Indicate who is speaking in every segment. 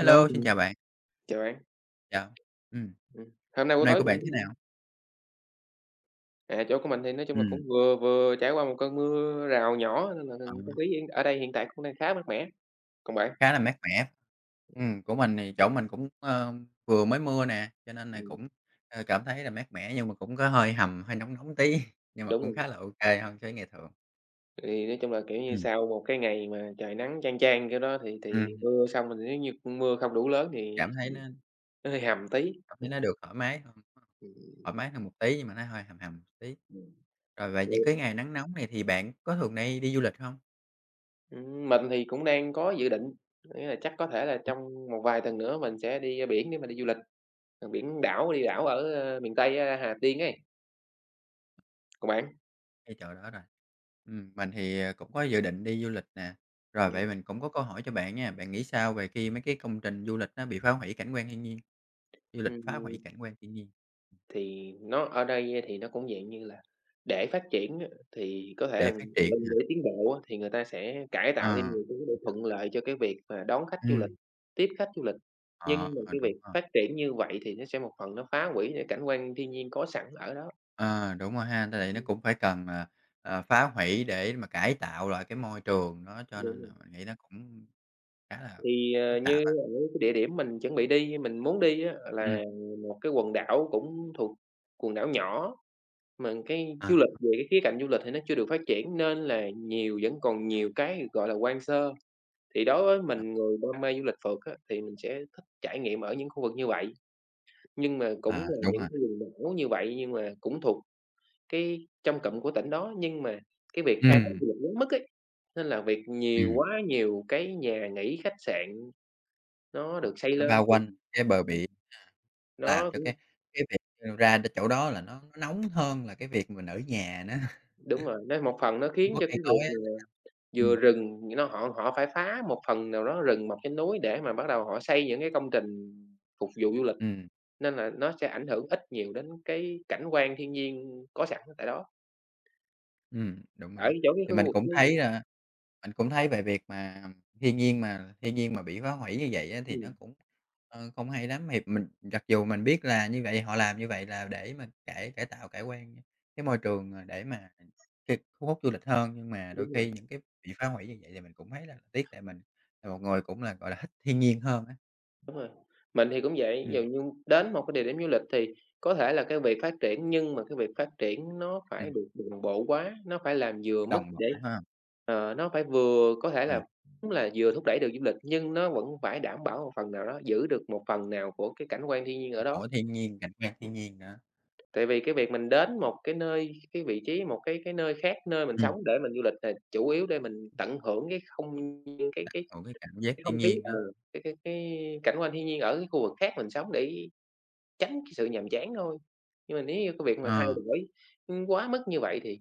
Speaker 1: Hello,
Speaker 2: xin chào bạn,
Speaker 1: chào bạn.
Speaker 2: chào. Ừm,
Speaker 1: Ừm, hôm nay
Speaker 2: hôm
Speaker 1: buổi
Speaker 2: nay
Speaker 1: tối
Speaker 2: của
Speaker 1: bạn
Speaker 2: bạn thế
Speaker 1: gì?
Speaker 2: nào?
Speaker 1: À, chỗ của mình thì nói chung là
Speaker 2: Ừm,
Speaker 1: cũng vừa vừa trải qua một cơn mưa rào nhỏ nên là
Speaker 2: ờ,
Speaker 1: không khí hiện ở đây hiện tại cũng đang khá mát mẻ. Còn bạn?
Speaker 2: khá là mát mẻ. Của mình thì chỗ mình cũng, vừa mới mưa nè, cho nên là
Speaker 1: Ừm,
Speaker 2: cũng, cảm thấy là mát mẻ nhưng mà cũng có hơi hầm, hơi nóng nóng tí, nhưng mà
Speaker 1: đúng
Speaker 2: cũng khá
Speaker 1: rồi,
Speaker 2: là ok hơn so với ngày thường.
Speaker 1: thì nói chung là, kiểu như,
Speaker 2: Ừm,
Speaker 1: sau một cái ngày mà trời nắng chang chang kiểu đó thì
Speaker 2: ừm,
Speaker 1: mưa xong mình nếu như mưa không đủ lớn thì
Speaker 2: cảm thấy nó
Speaker 1: nó hơi hầm tí,
Speaker 2: cảm thấy
Speaker 1: đúng
Speaker 2: nó
Speaker 1: rồi.
Speaker 2: được
Speaker 1: Ừm,
Speaker 2: thoải mái hơn một tí nhưng mà nó hơi hầm hầm một tí.
Speaker 1: ừm,
Speaker 2: Rồi vậy những
Speaker 1: ừ,
Speaker 2: cái ngày nắng nóng này thì bạn có thường hay đi du lịch không?
Speaker 1: mình thì cũng đang có dự định, nghĩa là chắc có thể là trong một vài tuần nữa mình sẽ đi, a, biển để mà đi du lịch, ờ, biển đảo, đi đảo ở, ơ, miền Tây, a, Hà Tiên ấy. Còn bạn?
Speaker 2: Hay trời đã rồi? Mình thì, cũng có dự định đi du lịch nè. Rồi vậy
Speaker 1: Ừm,
Speaker 2: mình cũng có câu hỏi cho bạn nha, bạn nghĩ sao về khi mấy cái công trình du lịch nó bị phá hủy cảnh quan thiên nhiên, du lịch phá
Speaker 1: ừm,
Speaker 2: hủy cảnh quan thiên nhiên
Speaker 1: thì nó ở đây thì nó cũng dạng như là để phát triển á, thì có thể là
Speaker 2: để phát
Speaker 1: để
Speaker 2: triển nè?
Speaker 1: để tiến bộ á, thì người ta sẽ cải tạo thêm
Speaker 2: Ờ.
Speaker 1: nhiều thứ để thuận lợi cho cái việc mà đón khách du lịch,
Speaker 2: Ừm,
Speaker 1: tiếp khách du lịch. Nhưng
Speaker 2: ờ,
Speaker 1: mà cái
Speaker 2: đúng
Speaker 1: việc
Speaker 2: rồi,
Speaker 1: phát triển như vậy thì nó sẽ một phần nó phá hủy những cảnh quan thiên nhiên có sẵn ở đó.
Speaker 2: ờ, đúng rồi ha, tại đây nó
Speaker 1: Ừm,
Speaker 2: cũng phải cần, phá hủy để mà cải tạo lại cái môi trường đó, cho
Speaker 1: đúng
Speaker 2: nên là
Speaker 1: rồi.
Speaker 2: mình nghĩ nó cũng khá là
Speaker 1: Thì, ờ,
Speaker 2: phức tạp
Speaker 1: như
Speaker 2: á.
Speaker 1: ở cái địa điểm mình chuẩn bị đi, mình muốn đi á
Speaker 2: Ừm,
Speaker 1: là một cái quần đảo cũng thuộc quần đảo nhỏ. Mà cái
Speaker 2: ờ,
Speaker 1: du lịch về cái khía cạnh du lịch thì nó chưa được phát triển nên là nhiều vẫn còn nhiều cái, gọi là, hoang sơ. Thì đối với
Speaker 2: ờ,
Speaker 1: mình người đam mê du lịch phượt á, thì mình sẽ thích trải nghiệm ở những khu vực như vậy, nhưng mà cũng
Speaker 2: à,
Speaker 1: là
Speaker 2: đúng
Speaker 1: những
Speaker 2: rồi,
Speaker 1: cái vùng đảo như vậy, nhưng mà cũng thuộc cái trong cụm của tỉnh đó. Nhưng mà cái việc khai thác
Speaker 2: ừm,
Speaker 1: du lịch quá mức ấy, nên là việc nhiều
Speaker 2: ừm,
Speaker 1: quá nhiều cái nhà nghỉ, khách sạn nó
Speaker 2: ờ,
Speaker 1: được xây
Speaker 2: nó
Speaker 1: lên
Speaker 2: bao
Speaker 1: thì,
Speaker 2: quanh cái bờ
Speaker 1: ừm,
Speaker 2: biển. Làm
Speaker 1: nó
Speaker 2: cho
Speaker 1: cũng
Speaker 2: cái việc, ra đến chỗ đó là nó nóng hơn là cái việc mình ở nhà nó
Speaker 1: đúng rồi, nó một phần nó
Speaker 2: không
Speaker 1: khiến
Speaker 2: có
Speaker 1: cho
Speaker 2: cây
Speaker 1: cái việc
Speaker 2: cối á.
Speaker 1: mà Vừa
Speaker 2: Ừm,
Speaker 1: rừng, nó họ họ phải phá một phần nào đó rừng, một cái núi để mà bắt đầu họ xây những cái công trình phục vụ du lịch,
Speaker 2: ừm,
Speaker 1: nên là nó sẽ ảnh hưởng ít nhiều đến cái cảnh quan thiên nhiên có sẵn tại đó,
Speaker 2: đúng rồi
Speaker 1: ở
Speaker 2: đó.
Speaker 1: chỗ cái
Speaker 2: Thì
Speaker 1: khu vực đó nữa.
Speaker 2: mình cũng thấy về việc mà thiên nhiên mà bị phá hủy như vậy á thì nó cũng, không hay lắm. Thì mình mặc dù mình biết là như vậy họ làm như vậy là để mà cải cải tạo, cải quan cái môi trường, để mà k thu hút du lịch hơn, nhưng mà
Speaker 1: Ừ,
Speaker 2: đôi
Speaker 1: đúng rồi.
Speaker 2: khi những cái bị phá hủy như vậy thì mình cũng thấy là tiếc tại mình là một người cũng là, gọi là, thích thiên nhiên hơn á.
Speaker 1: Đúng rồi, mình thì cũng vậy, ví dụ
Speaker 2: Ừm.
Speaker 1: như đến một cái địa điểm du lịch thì có thể là cái việc phát triển, nhưng mà cái việc phát triển nó phải được đồng bộ quá, nó phải làm vừa mức
Speaker 2: Đồng
Speaker 1: để
Speaker 2: bộ ha,
Speaker 1: ờ, nó phải vừa có thể
Speaker 2: ừm,
Speaker 1: là cũng là vừa thúc đẩy được du lịch, nhưng nó vẫn phải đảm bảo một phần nào đó, giữ được một phần nào của cái cảnh quan thiên nhiên ở
Speaker 2: đồng
Speaker 1: đó.
Speaker 2: bộ thiên nhiên, cảnh quan thiên nhiên nữa.
Speaker 1: Tại vì cái việc mình đến một cái nơi, cái vị trí, một cái nơi khác nơi mình
Speaker 2: Ừm.
Speaker 1: sống để mình du lịch là chủ yếu để mình tận hưởng cái không cái
Speaker 2: Còn cái cảm giác
Speaker 1: cái không
Speaker 2: thiên
Speaker 1: khí,
Speaker 2: nhiên
Speaker 1: ờ,
Speaker 2: nữa,
Speaker 1: cái cảnh quan thiên nhiên ở cái khu vực khác mình sống để tránh cái sự nhàm chán thôi. Nhưng mà nếu như cái việc mà thay
Speaker 2: ờ,
Speaker 1: đổi, quá mức như vậy thì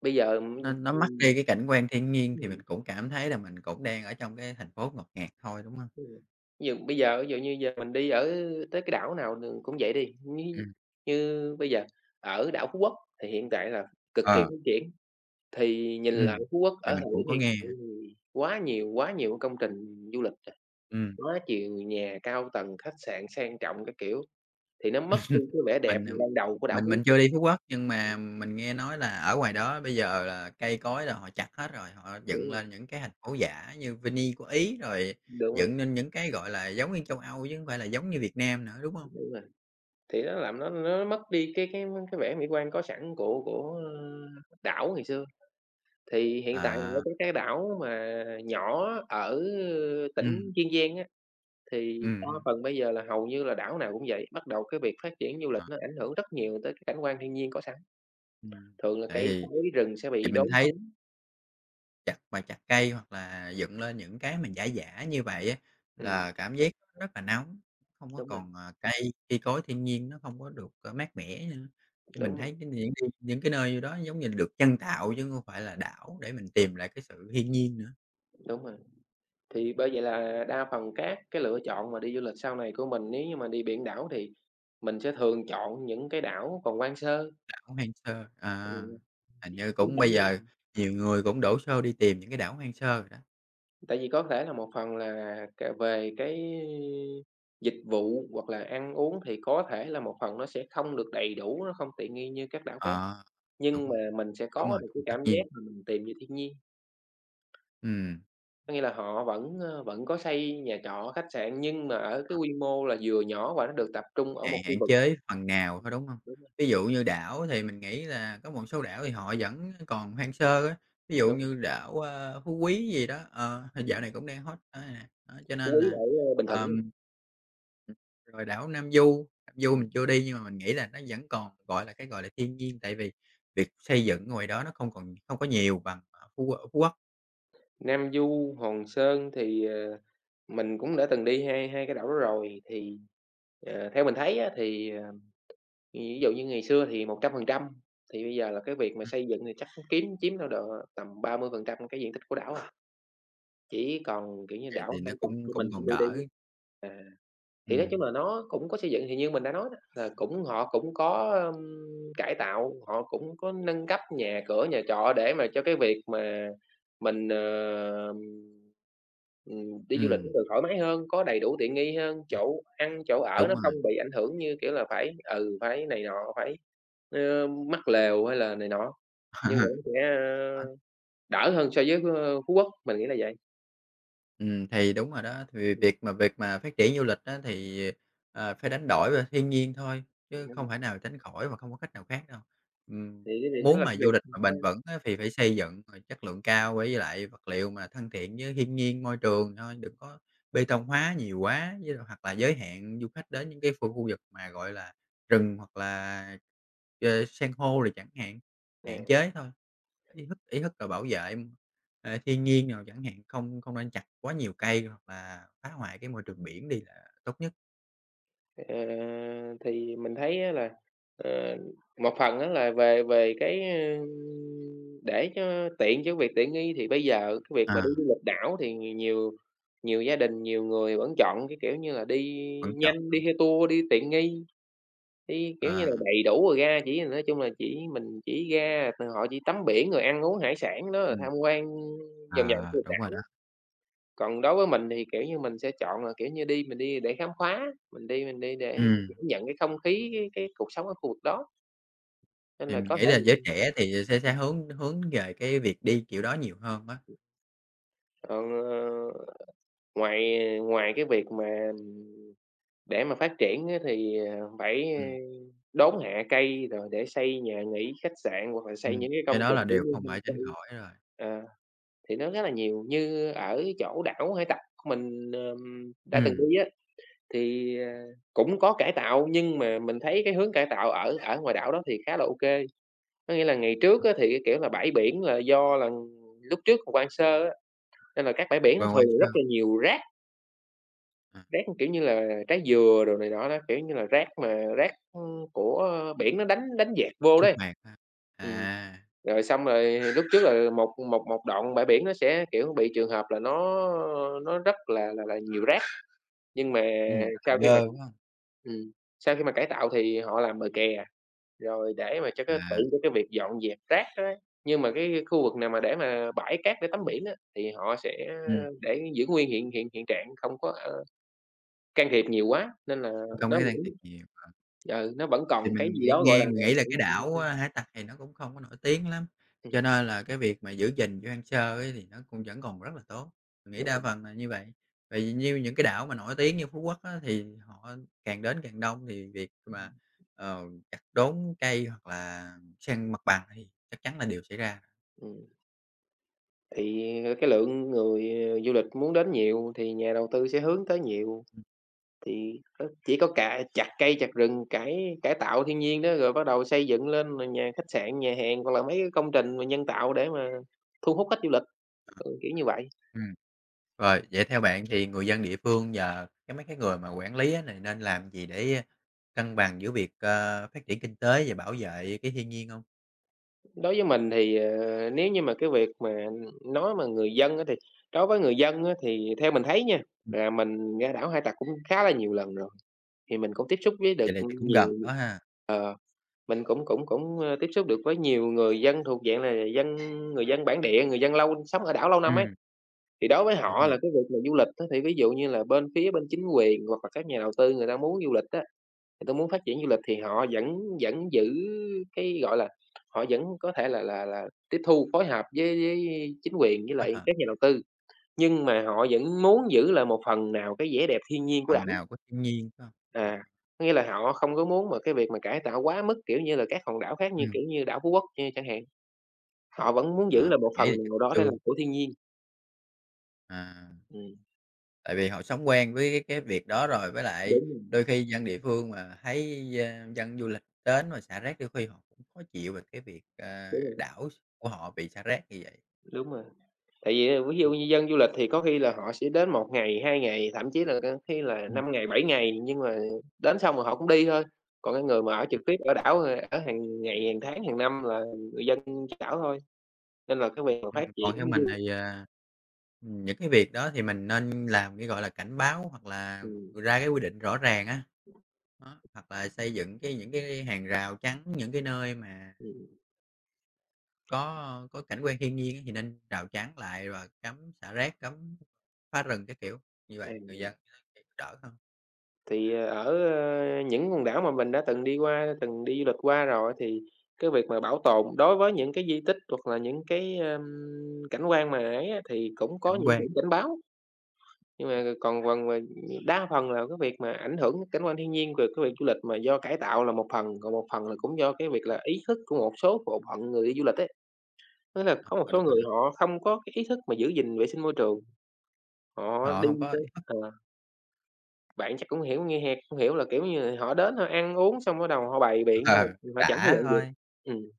Speaker 1: bây giờ,
Speaker 2: nó mất đi cái cảnh quan thiên nhiên thì mình cũng cảm thấy là mình cũng đang ở trong cái thành phố ngột ngạt thôi, đúng hông?
Speaker 1: đúng. Ví dụ bây giờ ví dụ như giờ mình đi ở tới cái đảo nào đường cũng vậy đi, như
Speaker 2: Ừm,
Speaker 1: như bây giờ ở đảo Phú Quốc thì hiện tại là cực kỳ
Speaker 2: ờ,
Speaker 1: phát triển, thì nhìn lại
Speaker 2: ừm,
Speaker 1: Phú Quốc
Speaker 2: thì
Speaker 1: ở
Speaker 2: mình
Speaker 1: thời
Speaker 2: cũng
Speaker 1: điểm
Speaker 2: có
Speaker 1: hiện
Speaker 2: nghe,
Speaker 1: tại thì quá nhiều công trình du lịch rồi,
Speaker 2: ừm,
Speaker 1: quá chiều nhà cao tầng, khách sạn sang trọng các kiểu, thì nó mất đi cái vẻ đẹp
Speaker 2: mình, ờ,
Speaker 1: ban đầu của đảo Phú
Speaker 2: mình
Speaker 1: Quốc.
Speaker 2: chưa đi Phú Quốc nhưng
Speaker 1: Ừm,
Speaker 2: mà mình nghe nói là ở ngoài đó bây giờ là cây cối là họ chặt hết rồi, họ
Speaker 1: đúng
Speaker 2: dựng
Speaker 1: rồi,
Speaker 2: lên những cái thành phố giả như Venice của Ý, rồi
Speaker 1: đúng rồi,
Speaker 2: dựng nên những cái, gọi là, giống như châu Âu chứ hông phải là giống như Việt Nam nữa, đúng hông?
Speaker 1: đúng rồi. Thì nó làm nó mất đi cái cái vẻ mỹ quan có sẵn của, ờ, đảo ngày xưa. Thì hiện tại mình
Speaker 2: À.
Speaker 1: có cái đảo mà nhỏ ở
Speaker 2: Ừm.
Speaker 1: tỉnh Kiên Giang á, thì đa
Speaker 2: Hưm.
Speaker 1: phần bây giờ là hầu như là đảo nào cũng vậy, bắt đầu cái việc phát triển du
Speaker 2: Ờ,
Speaker 1: lịch nó ảnh hưởng rất nhiều tới cái cảnh quan thiên nhiên có sẵn.
Speaker 2: ừm,
Speaker 1: Thường là
Speaker 2: tại
Speaker 1: cây
Speaker 2: vì
Speaker 1: cối rừng sẽ
Speaker 2: thì
Speaker 1: bị
Speaker 2: mình
Speaker 1: đốn
Speaker 2: thấy
Speaker 1: sống.
Speaker 2: chặt cây hoặc là dựng lên những cái mà giả giả như vậy á,
Speaker 1: Ừm,
Speaker 2: là cảm giác nó rất là nóng, không có
Speaker 1: đúng rồi,
Speaker 2: còn, cây cây cối thiên nhiên nó không có được, mát mẻ nữa. Thì mình
Speaker 1: đúng rồi,
Speaker 2: thấy những cái nơi đó giống như là được nhân tạo chứ không phải là đảo để mình tìm lại cái sự thiên nhiên nữa,
Speaker 1: đúng rồi. Thì bởi vậy là đa phần các cái lựa chọn mà đi du lịch sau này của mình nếu như mà đi biển đảo thì mình sẽ thường chọn những cái đảo còn hoang sơ.
Speaker 2: đảo hoang sơ,
Speaker 1: Ừm.
Speaker 2: hình như
Speaker 1: Cũng
Speaker 2: cũng
Speaker 1: nghĩ
Speaker 2: bây giờ
Speaker 1: là
Speaker 2: nhiều người cũng đổ xô đi tìm những cái đảo hoang sơ rồi đó.
Speaker 1: tại vì có thể là một phần là c về cái dịch vụ hoặc là ăn uống thì có thể là một phần nó sẽ không được đầy đủ, nó không tiện nghi như các đảo khác,
Speaker 2: Ờ, đúng
Speaker 1: nhưng mà
Speaker 2: rồi,
Speaker 1: mình sẽ
Speaker 2: đúng
Speaker 1: có
Speaker 2: rồi,
Speaker 1: được cái
Speaker 2: đúng, tất
Speaker 1: cảm
Speaker 2: nhiên,
Speaker 1: giác mà mình tìm về thiên nhiên.
Speaker 2: ừm.
Speaker 1: Có nghĩa là họ vẫn, ơ, vẫn có xây nhà trọ, khách sạn nhưng mà ở cái quy mô là vừa nhỏ và nó được tập trung ở
Speaker 2: Hạn
Speaker 1: một khu
Speaker 2: hạn
Speaker 1: vực.
Speaker 2: chế phần nào thôi,
Speaker 1: Ừm,
Speaker 2: đúng hông?
Speaker 1: đúng rồi,
Speaker 2: Ví dụ như đảo thì mình nghĩ là có một số đảo thì họ vẫn còn hoang sơ á, ví dụ
Speaker 1: đúng rồi,
Speaker 2: như đảo, Phú Quý gì đó, thì dạo
Speaker 1: ừm,
Speaker 2: này cũng đang hot đó nè. Đó, cho
Speaker 1: Phú
Speaker 2: nên
Speaker 1: Quý
Speaker 2: là,
Speaker 1: ở ờ, Bình Thuận á,
Speaker 2: ờm, rồi đảo Nam Du mình chưa đi nhưng mà mình nghĩ là nó vẫn còn, gọi là, cái, gọi là, thiên nhiên, tại vì việc xây dựng ngoài đó nó không có nhiều bằng ở Phú Quốc,
Speaker 1: Nam Du, Hòn Sơn thì, ờ, mình cũng đã từng đi hai hai cái đảo đó rồi, thì, ờ, theo mình thấy á thì ờ, ví dụ như ngày xưa thì 100%, thì bây giờ là cái việc mà
Speaker 2: ừm,
Speaker 1: xây dựng thì chắc kiếm chiếm đâu độ tầm 30% cái diện tích của đảo à, chỉ còn, kiểu như,
Speaker 2: vậy thì
Speaker 1: đảo
Speaker 2: nó
Speaker 1: hải tặc
Speaker 2: cũng
Speaker 1: của mình
Speaker 2: cũng
Speaker 1: chuẩn
Speaker 2: còn
Speaker 1: bị đi
Speaker 2: đỡ.
Speaker 1: á. À, thì nói chung
Speaker 2: Ừm,
Speaker 1: là nó cũng có xây dựng thì như mình đã nói đó, là cũng họ cũng có, cải tạo, họ cũng có nâng cấp nhà cửa, nhà trọ để mà cho cái việc mà mình, đi du lịch nó
Speaker 2: ừm,
Speaker 1: được thoải mái hơn, có đầy đủ tiện nghi hơn,
Speaker 2: ừm,
Speaker 1: chỗ ăn, chỗ ở
Speaker 2: đúng
Speaker 1: nó
Speaker 2: rồi.
Speaker 1: không bị ảnh hưởng như, kiểu là, phải, ừ, phải này nọ, phải ơ, mắc lều hay là này nọ, nhưng mà nó sẽ, ơ, đỡ hơn so với, ơ, Phú Quốc, mình nghĩ là vậy.
Speaker 2: Thì đúng rồi đó, thì việc mà phát triển du lịch đó thì, phải đánh đổi với thiên nhiên thôi, chứ không thể
Speaker 1: Ừm,
Speaker 2: nào tránh khỏi và không có cách nào khác đâu. Ừm,
Speaker 1: thì cái điều đó
Speaker 2: muốn
Speaker 1: là
Speaker 2: mà
Speaker 1: cái
Speaker 2: du
Speaker 1: việc
Speaker 2: lịch mà bền vững á thì phải xây dựng, rồi chất lượng cao với lại vật liệu mà thân thiện với thiên nhiên, môi trường thôi, đừng có bê tông hóa nhiều quá, với lại hoặc là giới hạn du khách đến những cái khu khu vực mà, gọi là, rừng hoặc là, san hô rồi chẳng hạn, hạn
Speaker 1: à,
Speaker 2: chế thôi. Ý thức là bảo vệ, thiên nhiên nào chẳng hạn, không không nên chặt quá nhiều cây hoặc là phá hoại cái môi trường biển đi là tốt nhất.
Speaker 1: ờ, thì mình thấy á là, ờ, một phần á là về về cái, ơ, để cho tiện cho việc tiện nghi thì bây giờ cái việc mà
Speaker 2: À,
Speaker 1: đi du lịch đảo thì nhiều nhiều gia đình, nhiều người vẫn chọn cái, kiểu như là, đi
Speaker 2: vẫn chọn
Speaker 1: nhanh, đi
Speaker 2: không?
Speaker 1: theo tour, đi tiện nghi. Thì, kiểu như là,
Speaker 2: À,
Speaker 1: đầy đủ rồi ra, chỉ nói chung là chỉ mình chỉ ra t họ chỉ tắm biển rồi ăn uống hải sản đó, rồi
Speaker 2: ừm,
Speaker 1: tham quan vòng vòng
Speaker 2: à,
Speaker 1: trên
Speaker 2: đúng rồi đó.
Speaker 1: đảo. Còn đối với mình thì, kiểu như, mình sẽ chọn là, kiểu như, đi mình đi để khám phá, mình đi để
Speaker 2: Ừm.
Speaker 1: cảm nhận cái không khí, cái cuộc sống ở khu vực đó. Nên
Speaker 2: Thì
Speaker 1: là
Speaker 2: mình
Speaker 1: có
Speaker 2: nghĩ
Speaker 1: thể
Speaker 2: là giới
Speaker 1: là
Speaker 2: trẻ thì sẽ
Speaker 1: ừm,
Speaker 2: hướng hướng về cái việc đi kiểu đó nhiều hơn á.
Speaker 1: còn, ờ, ngoài ngoài cái việc mà để mà phát triển á thì, ờ, phải ờ,
Speaker 2: Ừm,
Speaker 1: đốn hạ cây rồi để xây nhà nghỉ, khách sạn hoặc là xây những cái
Speaker 2: Cái
Speaker 1: công
Speaker 2: đó
Speaker 1: trình
Speaker 2: là
Speaker 1: kiểu
Speaker 2: điều
Speaker 1: như
Speaker 2: không thể
Speaker 1: homestay.
Speaker 2: tránh khỏi rồi.
Speaker 1: Ờ. Thì nó rất là nhiều, như ở chỗ đảo Hải Tặc mình, đã từng
Speaker 2: Ừm,
Speaker 1: đi á, thì, ờ, cũng có cải tạo nhưng mà mình thấy cái hướng cải tạo ở ở ngoài đảo đó thì khá là ok. Có nghĩa là ngày trước á thì, cái kiểu là, bãi biển là do là lúc trước còn hoang sơ á, nên là các bãi biển nó
Speaker 2: quan quan
Speaker 1: thường
Speaker 2: sơ,
Speaker 1: rất là nhiều rác,
Speaker 2: à.
Speaker 1: rác, kiểu như là, trái dừa đồ này nọ đó, kiểu như là, rác mà rác, ưm, của biển nó đánh đánh dẹt vô
Speaker 2: Sinh
Speaker 1: đấy.
Speaker 2: hoạt ha.
Speaker 1: Ừm.
Speaker 2: À.
Speaker 1: Rồi xong rồi lúc trước là một một một đoạn bãi biển nó sẽ, kiểu, bị trường hợp là nó rất là nhiều rác, nhưng mà
Speaker 2: Rất là
Speaker 1: sau khi mà
Speaker 2: dơ, phải.
Speaker 1: ừm, sau khi mà cải tạo thì họ làm bờ kè, rồi để mà cho cái
Speaker 2: À.
Speaker 1: tiện cho cái việc dọn dẹp rác đó đấy. Nhưng mà cái khu vực nào mà để mà bãi cát để tắm biển á, thì họ sẽ
Speaker 2: Ừm.
Speaker 1: để giữ nguyên hiện hiện hiện trạng, không có, ơ, can thiệp nhiều quá, nên là
Speaker 2: Không có
Speaker 1: nó
Speaker 2: cái đang
Speaker 1: vẫn
Speaker 2: thiệt nhiều. Ờ.
Speaker 1: ừ, nó vẫn
Speaker 2: Thì
Speaker 1: còn cái gì đó, gọi là,
Speaker 2: mình nghĩ là cái đảo, hải tặc thì nó cũng không có nổi tiếng lắm,
Speaker 1: ừm,
Speaker 2: cho nên là cái việc mà giữ gìn cho hoang sơ ấy thì nó cũng vẫn còn rất là tốt. Mình nghĩ
Speaker 1: đúng
Speaker 2: đa
Speaker 1: rồi,
Speaker 2: phần là như vậy, tại vì như những cái đảo mà nổi tiếng như Phú Quốc á, thì họ càng đến càng đông thì việc mà, ờ, chặt đốn cây hoặc là san mặt bằng thì chắc chắn là điều xảy ra.
Speaker 1: ừm. Thì cái lượng người ờ, du lịch muốn đến nhiều thì nhà đầu tư sẽ hướng tới nhiều,
Speaker 2: Ừm.
Speaker 1: thì có chỉ có cả chặt cây, chặt rừng, cải cải tạo thiên nhiên đó, rồi bắt đầu xây dựng lên rồi nhà khách sạn, nhà hàng hoặc là mấy cái công trình mà nhân tạo để mà thu hút khách du lịch, ừ, kiểu như vậy.
Speaker 2: Ừm. Rồi, vậy theo bạn thì người dân địa phương và mấy cái người mà quản lý á này nên làm gì để cân bằng giữa việc, phát triển kinh tế và bảo vệ cái thiên nhiên không?
Speaker 1: Đối với mình thì, nếu như mà cái việc mà nói mà người dân á thì đối với người dân á thì theo mình thấy nha,
Speaker 2: Ừm.
Speaker 1: là mình ra đảo Hải Tặc cũng khá là nhiều lần rồi, thì mình cũng tiếp xúc với được
Speaker 2: Vậy là chắc cũng
Speaker 1: nhiều.
Speaker 2: gần đó ha.
Speaker 1: Mình cũng cũng cũng, ơ, tiếp xúc được với nhiều người dân thuộc dạng là dân người dân bản địa, người dân lâu sống ở đảo lâu năm ấy,
Speaker 2: Ừm.
Speaker 1: thì đối với
Speaker 2: Đúng
Speaker 1: họ
Speaker 2: rồi,
Speaker 1: là cái việc mà du lịch á, thì ví dụ như là bên phía bên chính quyền hoặc là các nhà đầu tư người ta muốn du lịch á, người ta muốn phát triển du lịch thì họ vẫn vẫn giữ cái, gọi là, họ vẫn có thể là tiếp thu, phối hợp với chính quyền với
Speaker 2: quá
Speaker 1: lại
Speaker 2: hợp,
Speaker 1: các nhà đầu tư, nhưng mà họ vẫn muốn giữ lại một phần nào cái vẻ đẹp thiên nhiên của
Speaker 2: phần
Speaker 1: đảo.
Speaker 2: nào của thiên nhiên, phải hông? Ờ.
Speaker 1: À, có nghĩa là họ không có muốn mà cái việc mà cải tạo quá mức, kiểu như là, các hòn đảo khác như,
Speaker 2: Ừm.
Speaker 1: kiểu như, đảo Phú Quốc như chẳng hạn, họ vẫn muốn giữ
Speaker 2: Ờ,
Speaker 1: là một
Speaker 2: Nghĩ
Speaker 1: phần
Speaker 2: là chắc
Speaker 1: nào đó
Speaker 2: chưa,
Speaker 1: để làm của thiên nhiên.
Speaker 2: à,
Speaker 1: Ừm,
Speaker 2: tại vì họ sống quen với cái việc đó rồi, với lại
Speaker 1: đúng rồi,
Speaker 2: đôi khi dân địa phương mà thấy, dân du lịch đến mà xả rác đôi khi họ cũng khó chịu về cái việc,
Speaker 1: đúng rồi,
Speaker 2: đảo của họ bị xả rác như vậy.
Speaker 1: đúng rồi. Tại vì á ví dụ
Speaker 2: Ừm.
Speaker 1: như dân du lịch thì có khi là họ sẽ đến một ngày, 2 ngày, thậm chí là có khi là
Speaker 2: Ừm.
Speaker 1: 5 ngày, 7 ngày, nhưng mà đến xong rồi họ cũng đi thôi. Còn cái người mà ở trực tiếp ở đảo, ở hàng ngày, hàng tháng, hàng năm là người dân trên đảo thôi, nên là cái việc mà phát
Speaker 2: Còn
Speaker 1: triển
Speaker 2: theo
Speaker 1: du
Speaker 2: mình
Speaker 1: lịch,
Speaker 2: thì, những cái việc đó thì mình nên làm cái, gọi là, cảnh báo hoặc là
Speaker 1: ừm,
Speaker 2: ra cái quy định rõ ràng á, đó, hoặc là xây dựng cái những cái hàng rào chắn những cái nơi mà
Speaker 1: ừm,
Speaker 2: có cảnh quan thiên nhiên á thì nên rào chắn lại và cấm xả rác, cấm phá rừng cái kiểu, như vậy người
Speaker 1: à.
Speaker 2: dân sẽ đỡ hơn.
Speaker 1: Thì, những quần đảo mà mình đã từng đi qua, từng đi du lịch qua rồi thì cái việc mà bảo tồn đối với những cái di tích hoặc là những cái, cảnh quan mà ấy á, thì cũng có
Speaker 2: Cảnh
Speaker 1: những
Speaker 2: quan,
Speaker 1: biển cảnh báo. Nhưng mà còn phần mà đa phần là cái việc mà ảnh hưởng cảnh quan thiên nhiên, về cái việc du lịch mà do cải tạo là một phần, còn một phần là cũng do cái việc là ý thức của một số bộ phận người đi du lịch ấy. Tức là có một
Speaker 2: ờ,
Speaker 1: số
Speaker 2: đúng rồi
Speaker 1: người họ không có cái ý thức mà giữ gìn vệ sinh môi trường, họ
Speaker 2: họ
Speaker 1: đi
Speaker 2: không có.
Speaker 1: tới Bạn chắc cũng hiểu nghe hẹt, cũng hiểu là, kiểu như, họ đến họ ăn uống xong bắt đầu họ bày biện nhưng mà
Speaker 2: Ờ,
Speaker 1: họ chẳng có
Speaker 2: Xả
Speaker 1: dọn dẹp.
Speaker 2: thôi.
Speaker 1: Ừm,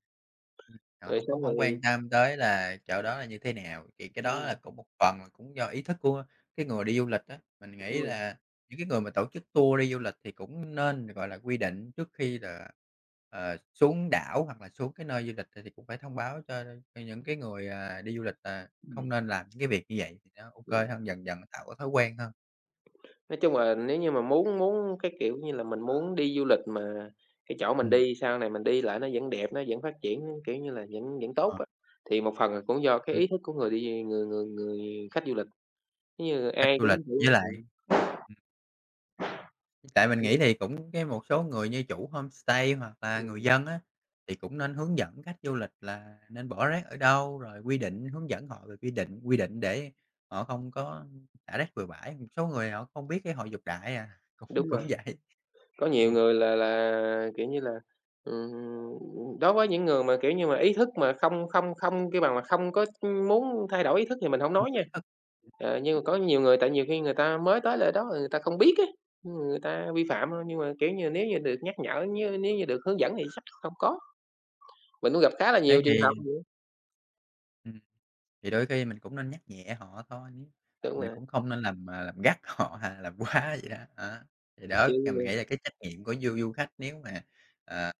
Speaker 2: Họ
Speaker 1: rồi
Speaker 2: hông cũng
Speaker 1: xong rồi
Speaker 2: hổng quan tâm tới là chỗ đó là như thế nào, thì cái đó
Speaker 1: ừm,
Speaker 2: là cũng một phần là cũng do ý thức của cái người đi du lịch á. Mình
Speaker 1: đúng
Speaker 2: nghĩ
Speaker 1: rồi,
Speaker 2: là những cái người mà tổ chức tour đi du lịch thì cũng nên, gọi là, quy định trước khi là, xuống đảo hoặc là xuống cái nơi du lịch thì cũng phải thông báo cho những cái người, đi du lịch là
Speaker 1: ừm,
Speaker 2: không nên làm những cái việc như vậy thì nó ô kê
Speaker 1: ừm.
Speaker 2: hơn, dần dần nó tạo cái thói quen hơn.
Speaker 1: Nói chung là nếu như mà muốn muốn cái, kiểu như là, mình muốn đi du lịch mà cái chỗ mình
Speaker 2: Ừm.
Speaker 1: đi sau này mình đi lại nó vẫn đẹp, nó vẫn phát triển, kiểu như là, vẫn vẫn tốt
Speaker 2: Ờ,
Speaker 1: á, thì một phần là cũng do cái
Speaker 2: ừm,
Speaker 1: ý thức của người đi người người người khách du lịch, giống như
Speaker 2: khách
Speaker 1: ai
Speaker 2: du lịch
Speaker 1: cũng, kiểu
Speaker 2: với lại ừm. Tại mình
Speaker 1: ừm,
Speaker 2: nghĩ thì cũng cái một số người như chủ homestay hoặc là người
Speaker 1: ừm,
Speaker 2: dân á, thì cũng nên hướng dẫn khách du lịch là nên bỏ rác ở đâu, rồi quy định hướng dẫn họ về quy định để họ không có thả rác bừa bãi. Một số người họ không biết cái họ dục đại à, cũng
Speaker 1: đúng
Speaker 2: cũng
Speaker 1: rồi.
Speaker 2: vậy.
Speaker 1: Có nhiều
Speaker 2: Ừm,
Speaker 1: người là, kiểu như là, đối với những người mà, kiểu như mà, ý thức mà không không không kêu bằng mà không có, muốn thay đổi ý thức thì mình hổng
Speaker 2: không
Speaker 1: nói
Speaker 2: có
Speaker 1: nha.
Speaker 2: ý thức. Ừm,
Speaker 1: Ờ, nhưng mà có nhiều người tại nhiều khi người ta mới tới lại đó, người ta không biết á, người ta vi phạm thôi, nhưng mà, kiểu như, nếu như được nhắc nhở, nếu nếu như được hướng dẫn thì chắc không có. Mình cũng gặp khá là
Speaker 2: thế
Speaker 1: nhiều trường hợp vậy á.
Speaker 2: ừm, thì đôi khi mình cũng nên nhắc nhẹ họ thôi, nếu-
Speaker 1: Đúng
Speaker 2: mình
Speaker 1: rồi,
Speaker 2: cũng không nên làm gắt họ hay làm quá vậy đó, á. Thì đó,
Speaker 1: chưa
Speaker 2: thì mình nghĩ là cái trách nhiệm của du du khách nếu mà, ờ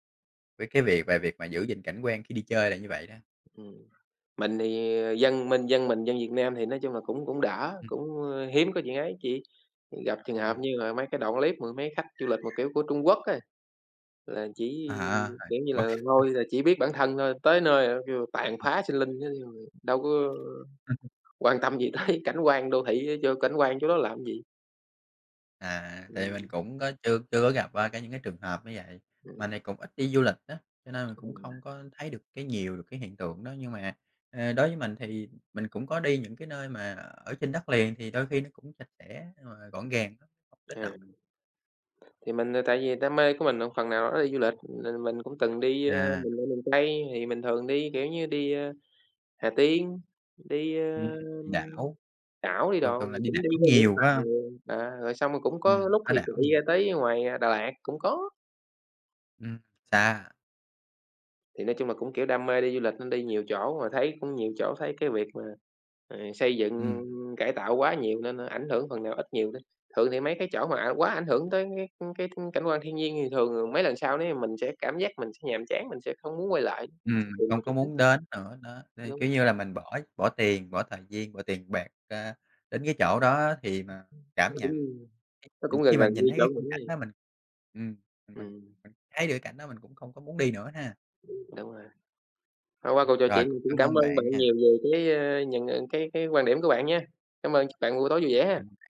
Speaker 2: Với cái việc về việc mà giữ gìn cảnh quan khi đi chơi là như vậy đó.
Speaker 1: ừm. Mình thì, ờ, dân mình, dân Việt Nam thì nói chung là cũng cũng đỡ,
Speaker 2: Ừm,
Speaker 1: cũng, hiếm có chuyện ấy, chỉ gặp trường
Speaker 2: ờ,
Speaker 1: hợp như là mấy cái đoạn clip mà mấy khách du lịch mà, kiểu, của Trung Quốc á, là chỉ,
Speaker 2: à ha,
Speaker 1: kiểu như
Speaker 2: quá.
Speaker 1: là, thôi là chỉ biết bản thân thôi, tới nơi là kêu tàn phá sinh linh chứ đâu có quan tâm gì tới cảnh quan đô thị cho cảnh quan chỗ đó làm gì.
Speaker 2: À, tại vì mình
Speaker 1: Ừm,
Speaker 2: cũng có chưa chưa có gặp qua những cái trường hợp như vậy,
Speaker 1: ừm,
Speaker 2: mà này cũng ít đi du lịch đó, cho nên mình cũng
Speaker 1: ừm,
Speaker 2: không có thấy được cái nhiều được cái hiện tượng đó. Nhưng mà, đối với mình thì mình cũng có đi những cái nơi mà ở trên đất liền thì đôi khi nó cũng sạch sẽ mà gọn gàng lắm, không đến
Speaker 1: à,
Speaker 2: nổi.
Speaker 1: thì mình, tại vì đam mê của mình là phần nào đó đi du lịch, nên mình cũng từng đi,
Speaker 2: à,
Speaker 1: mình ở miền Tây thì mình thường đi, kiểu như, đi, Hà Tiên, đi,
Speaker 2: ừm, Đi đảo,
Speaker 1: Đảo đi
Speaker 2: thường
Speaker 1: đò,
Speaker 2: thường là đi
Speaker 1: cũng
Speaker 2: đảo
Speaker 1: đi ra Vũng
Speaker 2: nhiều, phải
Speaker 1: Tàu,
Speaker 2: không?
Speaker 1: à, rồi xong rồi cũng có lúc
Speaker 2: Ở
Speaker 1: thì
Speaker 2: đảo
Speaker 1: chạy
Speaker 2: nhiều,
Speaker 1: ra tới ngoài, à, Đà Lạt cũng có.
Speaker 2: ừm, xa,
Speaker 1: Thì nói chung là cũng, kiểu, đam mê đi du lịch nên đi nhiều chỗ, mà thấy cũng nhiều chỗ thấy cái việc mà, xây dựng
Speaker 2: ừm.
Speaker 1: cải tạo quá nhiều nên, ảnh hưởng phần nào ít nhiều đi. Thường thì mấy cái chỗ mà, à, quá ảnh hưởng tới cái cảnh quan thiên nhiên thì thường mấy lần sau đấy mình sẽ cảm giác mình sẽ nhàm chán, mình sẽ không muốn quay lại, sẽ tìm
Speaker 2: Không
Speaker 1: một
Speaker 2: có
Speaker 1: chỗ khác.
Speaker 2: muốn đến nữa, đó, nên, kiểu
Speaker 1: Đúng,
Speaker 2: như là, mình bỏ bỏ tiền, bỏ thời gian, bỏ tiền bạc ra đến cái chỗ đó thì mà cảm
Speaker 1: nó cũng
Speaker 2: nhận
Speaker 1: nó
Speaker 2: mình
Speaker 1: cũng
Speaker 2: khi
Speaker 1: gần
Speaker 2: mà
Speaker 1: gần như
Speaker 2: nhìn thấy
Speaker 1: chỗ
Speaker 2: cái khung
Speaker 1: mình
Speaker 2: cảnh
Speaker 1: á.
Speaker 2: đó ừm, mình mình
Speaker 1: Ừm,
Speaker 2: mình thấy được cái cảnh đó mình cũng không có muốn đi nữa ha.
Speaker 1: đúng rồi. Hôm qua cuộc trò
Speaker 2: Rồi,
Speaker 1: chuyện
Speaker 2: cũng
Speaker 1: mình cũng
Speaker 2: cảm
Speaker 1: cảm
Speaker 2: ơn
Speaker 1: ơn
Speaker 2: bạn
Speaker 1: bạn
Speaker 2: nha.
Speaker 1: nhiều về cái, những, cái quan điểm của bạn nha. Cảm ơn, chúc bạn buổi tối vui vẻ ha.
Speaker 2: Cảm